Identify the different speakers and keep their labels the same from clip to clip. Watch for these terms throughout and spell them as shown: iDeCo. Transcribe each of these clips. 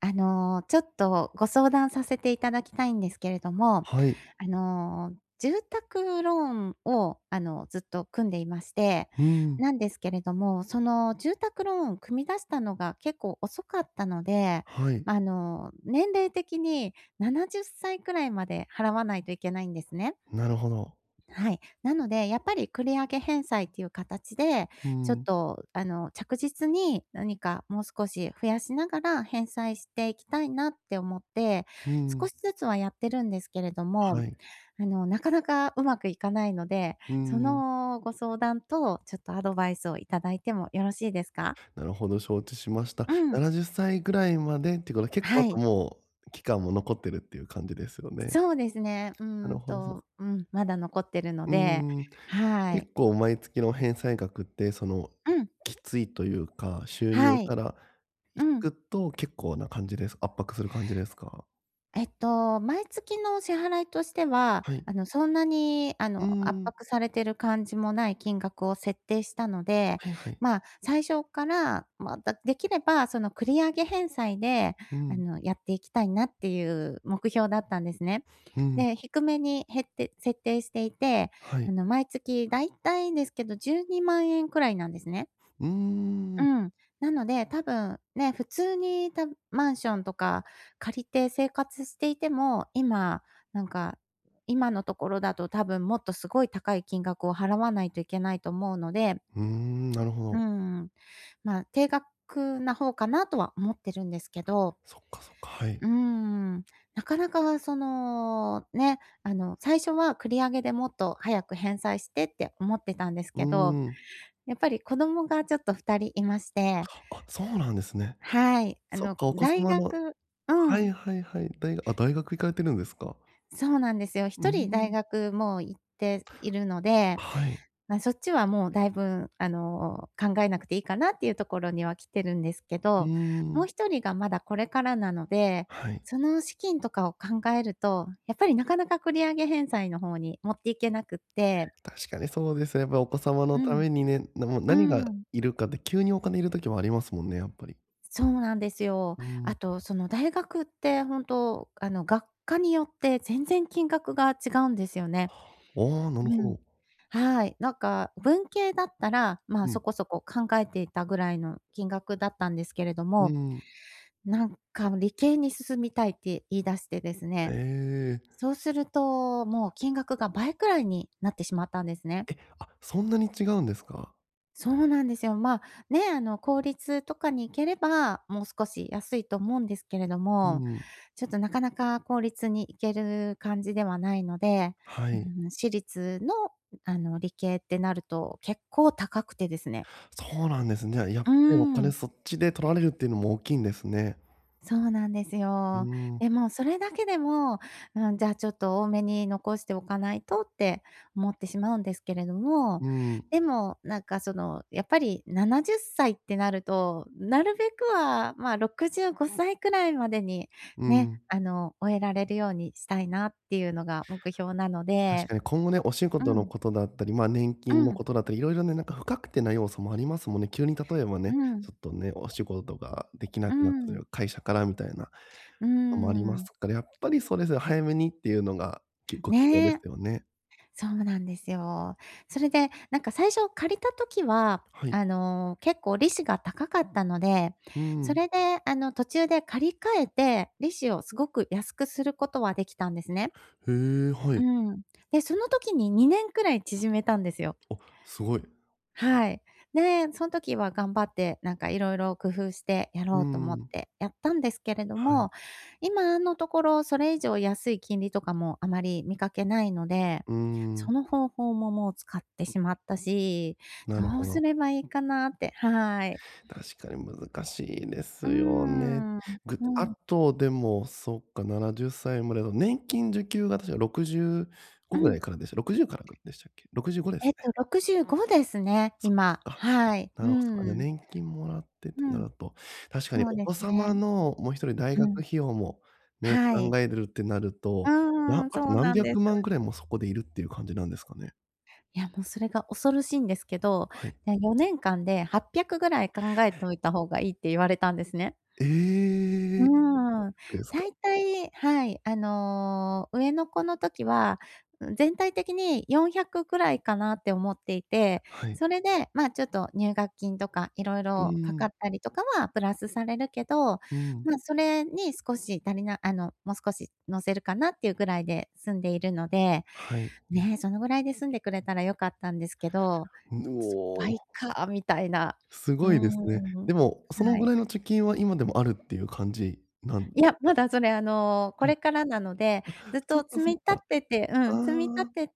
Speaker 1: ちょっとご相談させていただきたいんですけれども、
Speaker 2: はい。
Speaker 1: 住宅ローンを、ずっと組んでいまして、
Speaker 2: うん。
Speaker 1: なんですけれども、その住宅ローンを組み出したのが結構遅かったので、
Speaker 2: はい。
Speaker 1: 年齢的に70歳くらいまで払わないといけないんですね。
Speaker 2: なるほど。
Speaker 1: はい。なので、やっぱり繰り上げ返済っていう形で、
Speaker 2: う
Speaker 1: ちょっ
Speaker 2: ん。
Speaker 1: と、着実に何かもう少し増やしながら返済していきたいなって思って、
Speaker 2: う
Speaker 1: 少
Speaker 2: ん。
Speaker 1: しずつはやってるんですけれども、
Speaker 2: はい。
Speaker 1: なかなかうまくいかないので、
Speaker 2: う
Speaker 1: そ
Speaker 2: ん。
Speaker 1: のご相談とちょっとアドバイスをいただいてもよろしいですか？
Speaker 2: なるほど、承知しました。
Speaker 1: うん。
Speaker 2: 70歳ぐらいまでっていうことは、結構あ
Speaker 1: は
Speaker 2: と
Speaker 1: い。
Speaker 2: もう期間も残ってるっていう感じですよね。
Speaker 1: そうですね。
Speaker 2: なるほど、そう
Speaker 1: うん、まだ残ってるので、
Speaker 2: んうん。
Speaker 1: は
Speaker 2: 結
Speaker 1: い。
Speaker 2: 構毎月の返済額って、その、
Speaker 1: うん、
Speaker 2: きついというか、収入
Speaker 1: はい。
Speaker 2: から引
Speaker 1: うん。
Speaker 2: くと結構な感じです圧迫する感じですか？
Speaker 1: 毎月の支払いとしては、
Speaker 2: はい。
Speaker 1: そんなに、
Speaker 2: う
Speaker 1: 圧
Speaker 2: ん。
Speaker 1: 迫されてる感じもない金額を設定したので、
Speaker 2: はいはい。
Speaker 1: まあ、最初から、まあ、だできれば、その繰り上げ返済で、
Speaker 2: うん。
Speaker 1: やっていきたいなっていう目標だったんですね。
Speaker 2: うん。
Speaker 1: で、低めに減って設定していて、
Speaker 2: はい。
Speaker 1: 毎月だいたいですけど、12万円くらいなんですね。
Speaker 2: うー
Speaker 1: う
Speaker 2: ん。
Speaker 1: ん。なので、多分ね、普通にたマンションとか借りて生活していても、今、なんか、今のところだと多分もっとすごい高い金額を払わないといけないと思うので、
Speaker 2: うーん、なるほ
Speaker 1: う
Speaker 2: ど。
Speaker 1: ん、まあ、低額な方かなとは思ってるんですけど、
Speaker 2: そっかそっか。はい。
Speaker 1: うーん、なかなかその、ね、最初は繰り上げでもっと早く返済してって思ってたんです
Speaker 2: うー
Speaker 1: けど、
Speaker 2: ん。
Speaker 1: やっぱり子供がちょっと2人いまして、
Speaker 2: あ、そうなんですね。
Speaker 1: はい、
Speaker 2: そっか、お子
Speaker 1: 大
Speaker 2: 様の。
Speaker 1: 学、う
Speaker 2: はい
Speaker 1: ん、
Speaker 2: はいはい。だいあ、大学行かれてるんですか？
Speaker 1: そうなんですよ。
Speaker 2: うー
Speaker 1: 一人大
Speaker 2: ん。
Speaker 1: 学もう行っているので、
Speaker 2: はい。
Speaker 1: ま、そっちはもうだいぶ考えなくていいかなっていうところには来てるんですけ
Speaker 2: うー
Speaker 1: ど、もう
Speaker 2: ん。
Speaker 1: 一人がまだこれからなので、
Speaker 2: はい。
Speaker 1: その資金とかを考えると、やっぱりなかなか繰り上げ返済の方に持っていけなくって。
Speaker 2: 確かにそうですね。やっぱりお子様
Speaker 1: う
Speaker 2: のた
Speaker 1: ん、
Speaker 2: めにね、もう
Speaker 1: う
Speaker 2: 何が
Speaker 1: ん、
Speaker 2: いるかって急にお金いる時もありますもんね、やっぱり。
Speaker 1: そうなんですよ。
Speaker 2: うー
Speaker 1: あ
Speaker 2: ん。
Speaker 1: と、その大学って本当、学科によって全然金額が違うんですよね。
Speaker 2: ああ、なる
Speaker 1: う
Speaker 2: ほ
Speaker 1: ん。
Speaker 2: ど。
Speaker 1: はい。なんか、文系だったら、まあ、
Speaker 2: う
Speaker 1: そ
Speaker 2: ん。
Speaker 1: こそこ考えていたぐらいの金額だったんですけれど
Speaker 2: う
Speaker 1: も、
Speaker 2: ん。
Speaker 1: なんか理系に進みたいって言い出してですね、
Speaker 2: ええ。
Speaker 1: そうすると、もう金額が倍くらいになってしまったんですね。
Speaker 2: あ、そんなに違うんですか？
Speaker 1: そうなんですよ。まあ、ね、公立とかに行ければ、もう少し安いと思うんですけれど
Speaker 2: う
Speaker 1: も、
Speaker 2: ん。
Speaker 1: ちょっとなかなか公立に行ける感じではないので、
Speaker 2: はい。
Speaker 1: うん、私立の理系ってなると結構高くてですね。
Speaker 2: そうなんですね。やっ
Speaker 1: う
Speaker 2: ぱ
Speaker 1: ー
Speaker 2: りお金
Speaker 1: ん。
Speaker 2: そっちで取られるっていうのも大きいんですね。
Speaker 1: そうなんです
Speaker 2: う
Speaker 1: よ。
Speaker 2: ーん。
Speaker 1: でもそれだけでも、うん、じゃあちょっと多めに残しておかないとって思ってしまうんですけれども、
Speaker 2: うん、
Speaker 1: でもなんかその、やっぱり70歳っさいってなると、なるべくは、まあ、65歳くらいまでに
Speaker 2: う
Speaker 1: ね、
Speaker 2: ん。
Speaker 1: 終えられるようにしたいなっていうのが目標なの
Speaker 2: 確
Speaker 1: で、
Speaker 2: かに今後ね、お仕
Speaker 1: う
Speaker 2: 事の
Speaker 1: ん、
Speaker 2: ことだったり、まあ、年
Speaker 1: う
Speaker 2: 金のこ
Speaker 1: ん、
Speaker 2: とだったり、いろいろね、なんか不確定な要素もありますもんね。急に例えばね、
Speaker 1: うん、
Speaker 2: ちょっとね、お仕事ができな
Speaker 1: う
Speaker 2: くなったという
Speaker 1: ん、
Speaker 2: か、会社からみたいな
Speaker 1: う
Speaker 2: のもあります
Speaker 1: ん。
Speaker 2: から、やっぱりそうですよ、早めにっていうのが、ご希望です
Speaker 1: ね。
Speaker 2: よね。
Speaker 1: そうなんですよ。それで、なんか最初借りた時は、
Speaker 2: はい。
Speaker 1: 結構利子が高かったので、
Speaker 2: う
Speaker 1: そ
Speaker 2: ん。
Speaker 1: れで、途中で借り換えて、利子をすごく安くすることはできたんですね。
Speaker 2: へえ、は
Speaker 1: う
Speaker 2: い。
Speaker 1: ん。で、その時に2年くらい縮めたんですよ。
Speaker 2: あ、すごい。
Speaker 1: はい。で、その時は頑張って、なんかいろいろ工夫してや
Speaker 2: う
Speaker 1: ろうと思っ
Speaker 2: ん。
Speaker 1: てやったんですけれど
Speaker 2: はい。
Speaker 1: も、今のところそれ以上安い金利とかもあまり見かけないので、
Speaker 2: うん。
Speaker 1: その方法ももう使ってしまったし、
Speaker 2: なる
Speaker 1: どう
Speaker 2: ほ
Speaker 1: す
Speaker 2: ど。
Speaker 1: ればいいかなって、はい。
Speaker 2: 確かに難しいで
Speaker 1: うー
Speaker 2: すよね。
Speaker 1: ん。う
Speaker 2: あ
Speaker 1: ん。
Speaker 2: とでも、そっか、70歳までの年金受給が確か
Speaker 1: う
Speaker 2: 65ぐら
Speaker 1: ん。
Speaker 2: いからでした、60からでしたっけ？65ですね。
Speaker 1: 65ですね、今。
Speaker 2: あ、
Speaker 1: はい。
Speaker 2: な
Speaker 1: う
Speaker 2: るほど、じゃ、
Speaker 1: ん。
Speaker 2: 年金もらって
Speaker 1: う
Speaker 2: とな
Speaker 1: ん、
Speaker 2: ると、確かに
Speaker 1: そう
Speaker 2: お
Speaker 1: で
Speaker 2: 子
Speaker 1: す
Speaker 2: 様
Speaker 1: ね。
Speaker 2: のもう一人大
Speaker 1: う
Speaker 2: 学
Speaker 1: ん。
Speaker 2: 費用もね、
Speaker 1: はい。
Speaker 2: 考えるってなる
Speaker 1: う
Speaker 2: と、
Speaker 1: ーん、
Speaker 2: あ
Speaker 1: そ
Speaker 2: と
Speaker 1: うな
Speaker 2: 何
Speaker 1: んで
Speaker 2: 百
Speaker 1: す。
Speaker 2: 万ぐらいもそこでいるっていう感じなんですかね？
Speaker 1: いや、もうそれが恐ろしいんですけど、
Speaker 2: はい。
Speaker 1: で、4年間で800ぐらい考えといた方がいいって言われたんですね。
Speaker 2: ええ、い
Speaker 1: うーん。
Speaker 2: くらですか？
Speaker 1: 大体はい、上の子の時は、うん、全体的に400くくらいかなって思っていて、
Speaker 2: はい。
Speaker 1: それで、まあ、ちょっと入学金とかいろい
Speaker 2: う
Speaker 1: ろかか
Speaker 2: ん、
Speaker 1: ったりとかはプラスされるけど、
Speaker 2: うん、
Speaker 1: ま、それに少し足りなもう少し乗せるかなっていうぐらいで済んでいるので、
Speaker 2: はい。
Speaker 1: ねえ、そのぐらいで済んでくれたら良かったんですけど、
Speaker 2: う
Speaker 1: ちょっと
Speaker 2: お。
Speaker 1: 倍かみたいな。
Speaker 2: す
Speaker 1: うー
Speaker 2: ごいで
Speaker 1: ん。
Speaker 2: すね。でも、その
Speaker 1: は
Speaker 2: ぐ
Speaker 1: い。
Speaker 2: らいの貯金は今でもあるっていう感じなん。
Speaker 1: いや、まだそれ、こ
Speaker 2: はい。
Speaker 1: れからなので、ずっ
Speaker 2: そっ
Speaker 1: と
Speaker 2: か
Speaker 1: 積
Speaker 2: そ
Speaker 1: み
Speaker 2: っ
Speaker 1: 立
Speaker 2: か。
Speaker 1: ててう
Speaker 2: ああ、
Speaker 1: ん、積み立てて、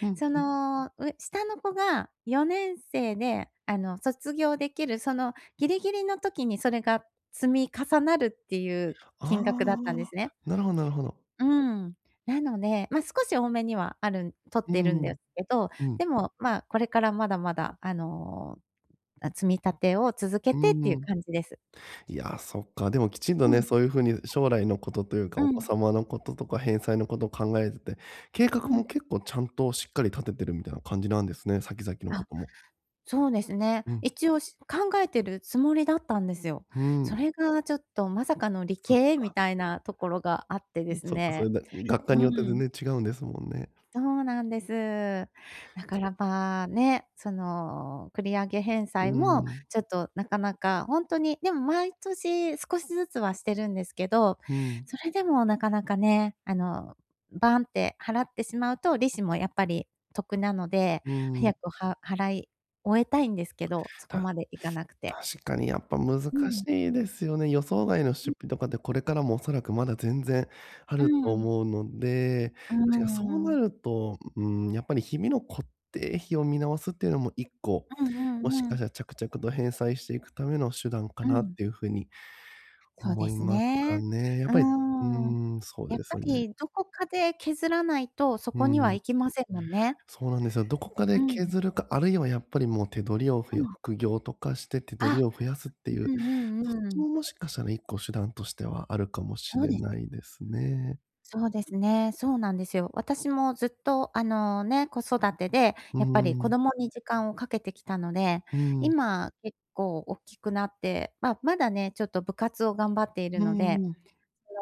Speaker 2: う
Speaker 1: そ
Speaker 2: ん。
Speaker 1: の、う下の子が4年生で、卒業できる、そのギリギリの時にそれが積み重なるっていう
Speaker 2: あ
Speaker 1: 金額だったんです
Speaker 2: あ、
Speaker 1: ね。
Speaker 2: なるほどなるほど。
Speaker 1: うん。なので、ま、少し多めにはあるん取っ
Speaker 2: う
Speaker 1: てるんで
Speaker 2: ん、
Speaker 1: すけど、
Speaker 2: うん、
Speaker 1: でも、ま、これからまだまだ、あ、積み立てを続け
Speaker 2: う
Speaker 1: てっていう
Speaker 2: ん。
Speaker 1: 感じです。
Speaker 2: いや、そっか、でもきちんと
Speaker 1: う
Speaker 2: ね、
Speaker 1: ん、
Speaker 2: そういう風に将来のことというか、
Speaker 1: う
Speaker 2: お子
Speaker 1: ん、
Speaker 2: 様のこととか返済のことを考えてて、計画
Speaker 1: うん。
Speaker 2: も結構ちゃんとしっかり立ててるみたいな感じなんですね、先々のこ
Speaker 1: あ、
Speaker 2: とも。
Speaker 1: そうですね。
Speaker 2: うん、
Speaker 1: 一応し考えてるつもりだったんですよ。
Speaker 2: う
Speaker 1: そ
Speaker 2: ん。
Speaker 1: れがちょっとまさかの理
Speaker 2: そっ
Speaker 1: 系み
Speaker 2: か、
Speaker 1: たいなところがあってです
Speaker 2: そっか、それ
Speaker 1: ね。
Speaker 2: で学科
Speaker 1: う
Speaker 2: によって全
Speaker 1: ん。
Speaker 2: 然違うんですもんね。
Speaker 1: そうなんです。だからまあね、その繰り上げ返
Speaker 2: う
Speaker 1: 済も
Speaker 2: ん、
Speaker 1: ちょっとなかなかほんとに、でも毎年少しずつはしてるんですけど、
Speaker 2: うん、
Speaker 1: それでもなかなかね、バンって払ってしまうと利子もやっぱり得なので、
Speaker 2: うん。
Speaker 1: 早くは払い終えたいんですけど、そこ
Speaker 2: た
Speaker 1: までいかなくて。
Speaker 2: 確かにやっぱ難
Speaker 1: う
Speaker 2: し
Speaker 1: ん。
Speaker 2: いですよね。予想外の出
Speaker 1: うん。
Speaker 2: 費とかってこれからもおそらくまだ全然あ
Speaker 1: う
Speaker 2: ると
Speaker 1: ん。
Speaker 2: 思うので、
Speaker 1: う
Speaker 2: 確かにそう
Speaker 1: んう
Speaker 2: な
Speaker 1: ん
Speaker 2: ると、うん、やっぱり日々の固定費を見直すっていうのも1個、
Speaker 1: う
Speaker 2: もしかし
Speaker 1: ん。
Speaker 2: たら着々と返済していくための手段か
Speaker 1: う
Speaker 2: なっ
Speaker 1: ん。
Speaker 2: ていう風に
Speaker 1: そうで
Speaker 2: 思い
Speaker 1: す
Speaker 2: ますか
Speaker 1: ね。
Speaker 2: ね。やっ
Speaker 1: う
Speaker 2: ぱり、う
Speaker 1: ーん。
Speaker 2: ん、そう
Speaker 1: やっ
Speaker 2: で
Speaker 1: ぱ
Speaker 2: すね。
Speaker 1: りどこかで削らないと、そ
Speaker 2: う
Speaker 1: こには
Speaker 2: ん。
Speaker 1: 行きませんもんね。
Speaker 2: そうなんですよ。どこかで
Speaker 1: うん、
Speaker 2: 削るか、あるいはやっぱりもう手取りを
Speaker 1: うん。
Speaker 2: 副業とかして手取
Speaker 1: あ、
Speaker 2: りを増やすってい
Speaker 1: う
Speaker 2: う、
Speaker 1: んう
Speaker 2: そっ
Speaker 1: んう
Speaker 2: ち
Speaker 1: ん。
Speaker 2: ももしかしたら一個手段としてはあるかもし
Speaker 1: そう
Speaker 2: れ
Speaker 1: です。
Speaker 2: ないですね。
Speaker 1: そうですね。そうなんですよ。私もずっとあのね、子育てで、
Speaker 2: うー
Speaker 1: やっぱり子
Speaker 2: ん、
Speaker 1: 供に時間をかけてきたので、
Speaker 2: うん、
Speaker 1: 今結構大きくなって、まあ、まだね、ちょっと部活を頑張っている
Speaker 2: う
Speaker 1: ので
Speaker 2: ん、うん。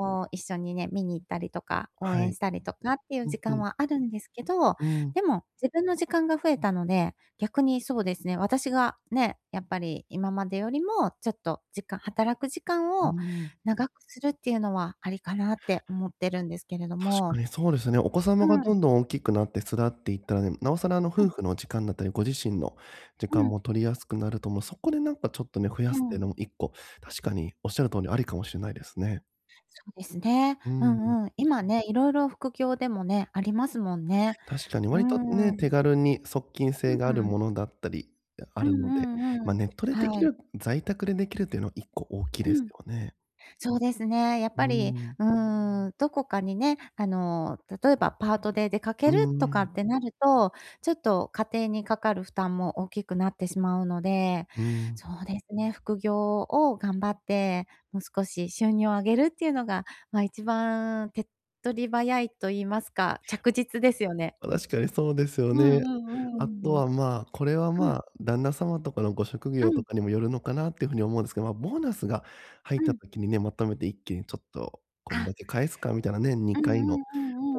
Speaker 1: 一緒にね、見に行ったりとか、応
Speaker 2: は
Speaker 1: 援
Speaker 2: い。
Speaker 1: したりとかっていう
Speaker 2: う
Speaker 1: 時
Speaker 2: んう
Speaker 1: 間
Speaker 2: ん、
Speaker 1: はあるんですけど、
Speaker 2: うん、
Speaker 1: でも自分の時間が増えたので、逆にそうですね、私がね、やっぱり今までよりもちょっと時間働く時間
Speaker 2: う
Speaker 1: を
Speaker 2: ん。
Speaker 1: 長くするっていうのはありかなって思ってるんですけれど
Speaker 2: 確
Speaker 1: も。
Speaker 2: かにそうですね。お子様が
Speaker 1: う
Speaker 2: ど
Speaker 1: ん、
Speaker 2: んどん大きくなって育っていったらね、なおさらあの
Speaker 1: う
Speaker 2: 夫
Speaker 1: ん、
Speaker 2: 婦の時間だったり、ご自身の時間
Speaker 1: う
Speaker 2: も取りやすくなると思う。そこでなんかちょっとね、増やす
Speaker 1: ん、
Speaker 2: っ
Speaker 1: う
Speaker 2: ていうの
Speaker 1: ん。
Speaker 2: も一個、確かにおっしゃる通りありかもしれないですね。
Speaker 1: そうですね。
Speaker 2: う
Speaker 1: う
Speaker 2: ん。
Speaker 1: んうん。今ね、いろいろ副業でもね、ありますもんね。
Speaker 2: 確かに
Speaker 1: う
Speaker 2: 割とね、
Speaker 1: ーん。
Speaker 2: 手軽に側近性が
Speaker 1: う
Speaker 2: ある
Speaker 1: ん。
Speaker 2: ものだったり、あ
Speaker 1: う
Speaker 2: るので、
Speaker 1: んうんう
Speaker 2: まあ、
Speaker 1: ん。
Speaker 2: ネットででき
Speaker 1: はい。
Speaker 2: る在宅でできるというのは1個大きい
Speaker 1: う
Speaker 2: です
Speaker 1: ん。
Speaker 2: よね。
Speaker 1: そうですね。やっ
Speaker 2: う
Speaker 1: ぱ
Speaker 2: ー
Speaker 1: り、
Speaker 2: ん。
Speaker 1: うーん、どこかにね、例えばパートで出か
Speaker 2: う
Speaker 1: ける
Speaker 2: ー
Speaker 1: とか
Speaker 2: ん。
Speaker 1: ってなると、ちょっと家庭にかかる負担も大きくなってしまうので、
Speaker 2: うーん。
Speaker 1: そうですね、副業を頑張って、もう少し収入を上げるっていうのが、まあ、一番手っ取り早いと言いますか、着実ですよね。
Speaker 2: ま、確かにそうですよ
Speaker 1: うん
Speaker 2: ね。
Speaker 1: う
Speaker 2: あ
Speaker 1: ん
Speaker 2: と
Speaker 1: うん。
Speaker 2: は、まあ、これは、
Speaker 1: う
Speaker 2: ま
Speaker 1: ん、
Speaker 2: あ、旦那様とかのご職
Speaker 1: う
Speaker 2: 業
Speaker 1: ん、
Speaker 2: と
Speaker 1: う
Speaker 2: かにもよるのかなっていうふうに思うんですけど、まあ、ボーナスが入っ
Speaker 1: んう
Speaker 2: た
Speaker 1: ん。
Speaker 2: 時にね、まとめて一気にちょっと、こん
Speaker 1: あ、
Speaker 2: だけ返すかみたいなね、
Speaker 1: うん
Speaker 2: 2回
Speaker 1: う
Speaker 2: の
Speaker 1: ん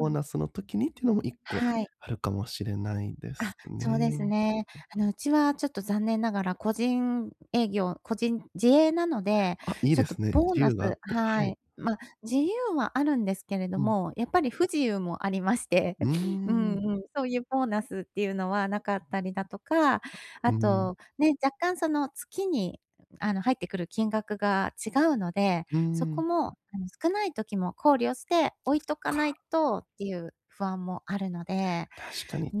Speaker 1: うんう
Speaker 2: ー
Speaker 1: ん。
Speaker 2: ナスの時にっていうのも1個
Speaker 1: はい。
Speaker 2: あるかもしれないで
Speaker 1: あ、
Speaker 2: す
Speaker 1: そ
Speaker 2: ね。
Speaker 1: うですね。うちはちょっと残念ながら個人営業、個人自営なので、
Speaker 2: あ、いい
Speaker 1: ちょ
Speaker 2: で
Speaker 1: っと
Speaker 2: すね。自
Speaker 1: ボーナ
Speaker 2: 由
Speaker 1: ス
Speaker 2: があって、は
Speaker 1: は
Speaker 2: い。
Speaker 1: い。まあ、自由はあるんですけれど
Speaker 2: うん。
Speaker 1: も、やっぱり不自由もありまして、
Speaker 2: うー
Speaker 1: うんう
Speaker 2: ん。
Speaker 1: ん、そういうボーナスっていうのはなかったりだとか、
Speaker 2: う
Speaker 1: あ
Speaker 2: ーん。
Speaker 1: と、ね、若干その月に、入ってくる金額が違うので、
Speaker 2: うー
Speaker 1: そこ
Speaker 2: ん。
Speaker 1: も、少ない時も考慮して置いとか
Speaker 2: か、
Speaker 1: ないとっていう不安もあるので、
Speaker 2: 確かに。
Speaker 1: うー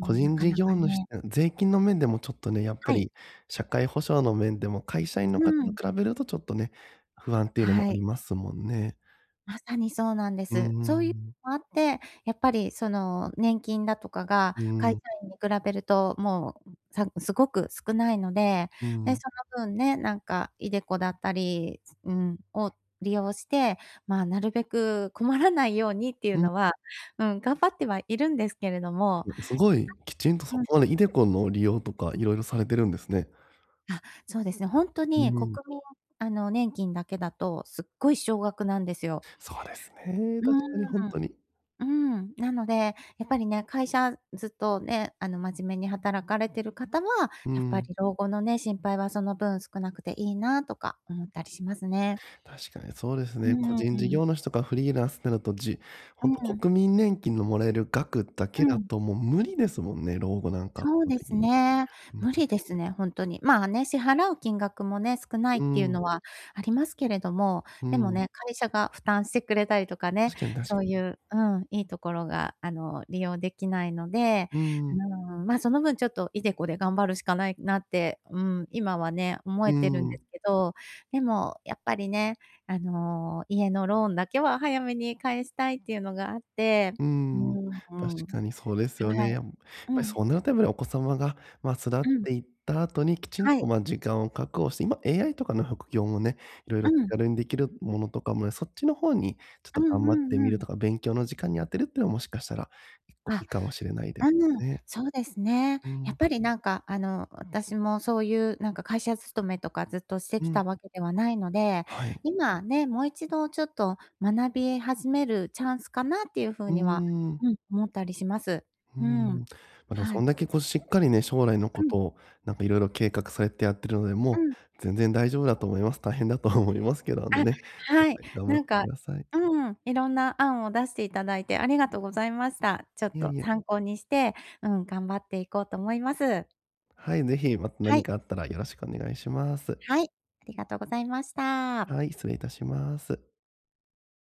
Speaker 2: 個
Speaker 1: な
Speaker 2: 人
Speaker 1: か
Speaker 2: 事
Speaker 1: な
Speaker 2: 業
Speaker 1: か
Speaker 2: 主っ
Speaker 1: ね、
Speaker 2: て、税金の面でもちょっとね、やっぱ
Speaker 1: はい。
Speaker 2: り社会保障の面でも会社員の
Speaker 1: う
Speaker 2: 方
Speaker 1: ん。
Speaker 2: と比べるとちょっとね、不安っていうのも
Speaker 1: は
Speaker 2: あり
Speaker 1: い。
Speaker 2: ますもんね。
Speaker 1: まさにそうなんで
Speaker 2: うー
Speaker 1: す。そういう
Speaker 2: ん。
Speaker 1: のもあって、やっぱりその、年金だとかが
Speaker 2: うー
Speaker 1: 会社
Speaker 2: ん。
Speaker 1: 員に比べると、もう、さすごく少ないので、
Speaker 2: うー
Speaker 1: で、そ
Speaker 2: ん。
Speaker 1: の分ね、なんか、iDeCo だったり、うん、を利用して、まあ、なるべく困らないようにっていう
Speaker 2: うん。
Speaker 1: のは、うん、頑張ってはいるんですけれども、
Speaker 2: すごいきちんとそ
Speaker 1: うん、
Speaker 2: こまで iDeCo の利用とか色々されてるんですね。
Speaker 1: あ、そうですね、ほんと
Speaker 2: うー
Speaker 1: に国
Speaker 2: ん。
Speaker 1: 民年金だけだとすっごい少額なんですよ。
Speaker 2: そうですね、
Speaker 1: う
Speaker 2: 確かにほん
Speaker 1: ーん、
Speaker 2: とに。
Speaker 1: うん。なので、やっぱりね、会社ずっとね、真面目に働かれてる方は、
Speaker 2: うー
Speaker 1: やっぱ
Speaker 2: ん。
Speaker 1: り老後のね、心配はその分少なくていいなとか思ったりしますね。
Speaker 2: 確かにそうです
Speaker 1: う
Speaker 2: ね。個
Speaker 1: ー
Speaker 2: 人事
Speaker 1: ん。
Speaker 2: 業主とかフリーランスってなると、
Speaker 1: う
Speaker 2: 本当
Speaker 1: ん。
Speaker 2: 国民年金のもらえる額だけ
Speaker 1: う
Speaker 2: だ
Speaker 1: ん。
Speaker 2: ともう無理ですもんね、老後なんか圧
Speaker 1: そう
Speaker 2: 倒
Speaker 1: で
Speaker 2: 的
Speaker 1: す
Speaker 2: に。
Speaker 1: ね。
Speaker 2: うん、
Speaker 1: 無理ですね、ほんとに。まあね、支払う金額もね、少ない
Speaker 2: う
Speaker 1: っていう
Speaker 2: ん、
Speaker 1: のはありますけれども、
Speaker 2: う
Speaker 1: でも
Speaker 2: ん。
Speaker 1: ね、会社が負担してくれたりとかね、
Speaker 2: 確かに確
Speaker 1: そ
Speaker 2: か
Speaker 1: う
Speaker 2: に。
Speaker 1: いう、うん、いいところが、利用できないので、
Speaker 2: うん、
Speaker 1: うーん、ま、その分ちょっといでこで頑張るしかないなって、うん、今はね、思
Speaker 2: う
Speaker 1: えてるんで
Speaker 2: ん。
Speaker 1: すけど、でもやっぱりね、家のローンだけは早めに返したいっていうのがあって、
Speaker 2: うー
Speaker 1: う
Speaker 2: ん、
Speaker 1: ーん、
Speaker 2: 確かにそうですよ
Speaker 1: は
Speaker 2: ね。
Speaker 1: い。
Speaker 2: やっぱ
Speaker 1: う
Speaker 2: り
Speaker 1: ん、
Speaker 2: そうなるとやっぱりお子様が、ま、巣立っ
Speaker 1: うん。
Speaker 2: ていった後にきちん
Speaker 1: は
Speaker 2: と、
Speaker 1: い。
Speaker 2: ま、時間を確保して、今 AI とかの副業もね、色
Speaker 1: う
Speaker 2: 々手
Speaker 1: ん。
Speaker 2: 軽にできるものとかもね、そっちの方にちょっ
Speaker 1: う
Speaker 2: と
Speaker 1: ん
Speaker 2: 頑張っ
Speaker 1: う
Speaker 2: て
Speaker 1: ん
Speaker 2: み
Speaker 1: う
Speaker 2: る
Speaker 1: ん。
Speaker 2: とか、勉強の時間に充てるってのはもしかしたら、1個い
Speaker 1: あ、
Speaker 2: いかもしれないで
Speaker 1: うん、
Speaker 2: すね。
Speaker 1: そうですね。
Speaker 2: う
Speaker 1: やっ
Speaker 2: ん、
Speaker 1: ぱりなんかあの、私もそういうなんか会社勤めとかずっとして
Speaker 2: う
Speaker 1: き
Speaker 2: ん、
Speaker 1: たわけではないので、
Speaker 2: はい。
Speaker 1: 今ね、もう一度ちょっと学び始めるチャンスかなっていうふう
Speaker 2: うー
Speaker 1: には、
Speaker 2: ん。
Speaker 1: うん、思ったりします。
Speaker 2: うー
Speaker 1: う
Speaker 2: ん。
Speaker 1: ん。
Speaker 2: ま、でも
Speaker 1: は
Speaker 2: そん
Speaker 1: い。
Speaker 2: だけこうしっかりね、将来の
Speaker 1: う
Speaker 2: こ
Speaker 1: ん
Speaker 2: とをなんか色々計画されてやってるので、
Speaker 1: う
Speaker 2: も
Speaker 1: ん。
Speaker 2: う全然大丈夫だと思います。大変だと思いますけど、あの
Speaker 1: あ、
Speaker 2: ね、やっ
Speaker 1: はい。
Speaker 2: ぱり頑張っ
Speaker 1: なん
Speaker 2: てく
Speaker 1: か、
Speaker 2: ださい。
Speaker 1: うん、いろんな案を出していただいてありがとうございました。ちょっ
Speaker 2: いえ
Speaker 1: と
Speaker 2: いえ。
Speaker 1: 参考にして、うん、頑張っていこうと思います。
Speaker 2: はい、ぜひまた
Speaker 1: は
Speaker 2: 何
Speaker 1: い。
Speaker 2: かあったらよろしくお願いします。
Speaker 1: はい、ありがとうございました。
Speaker 2: はい、失礼いたします。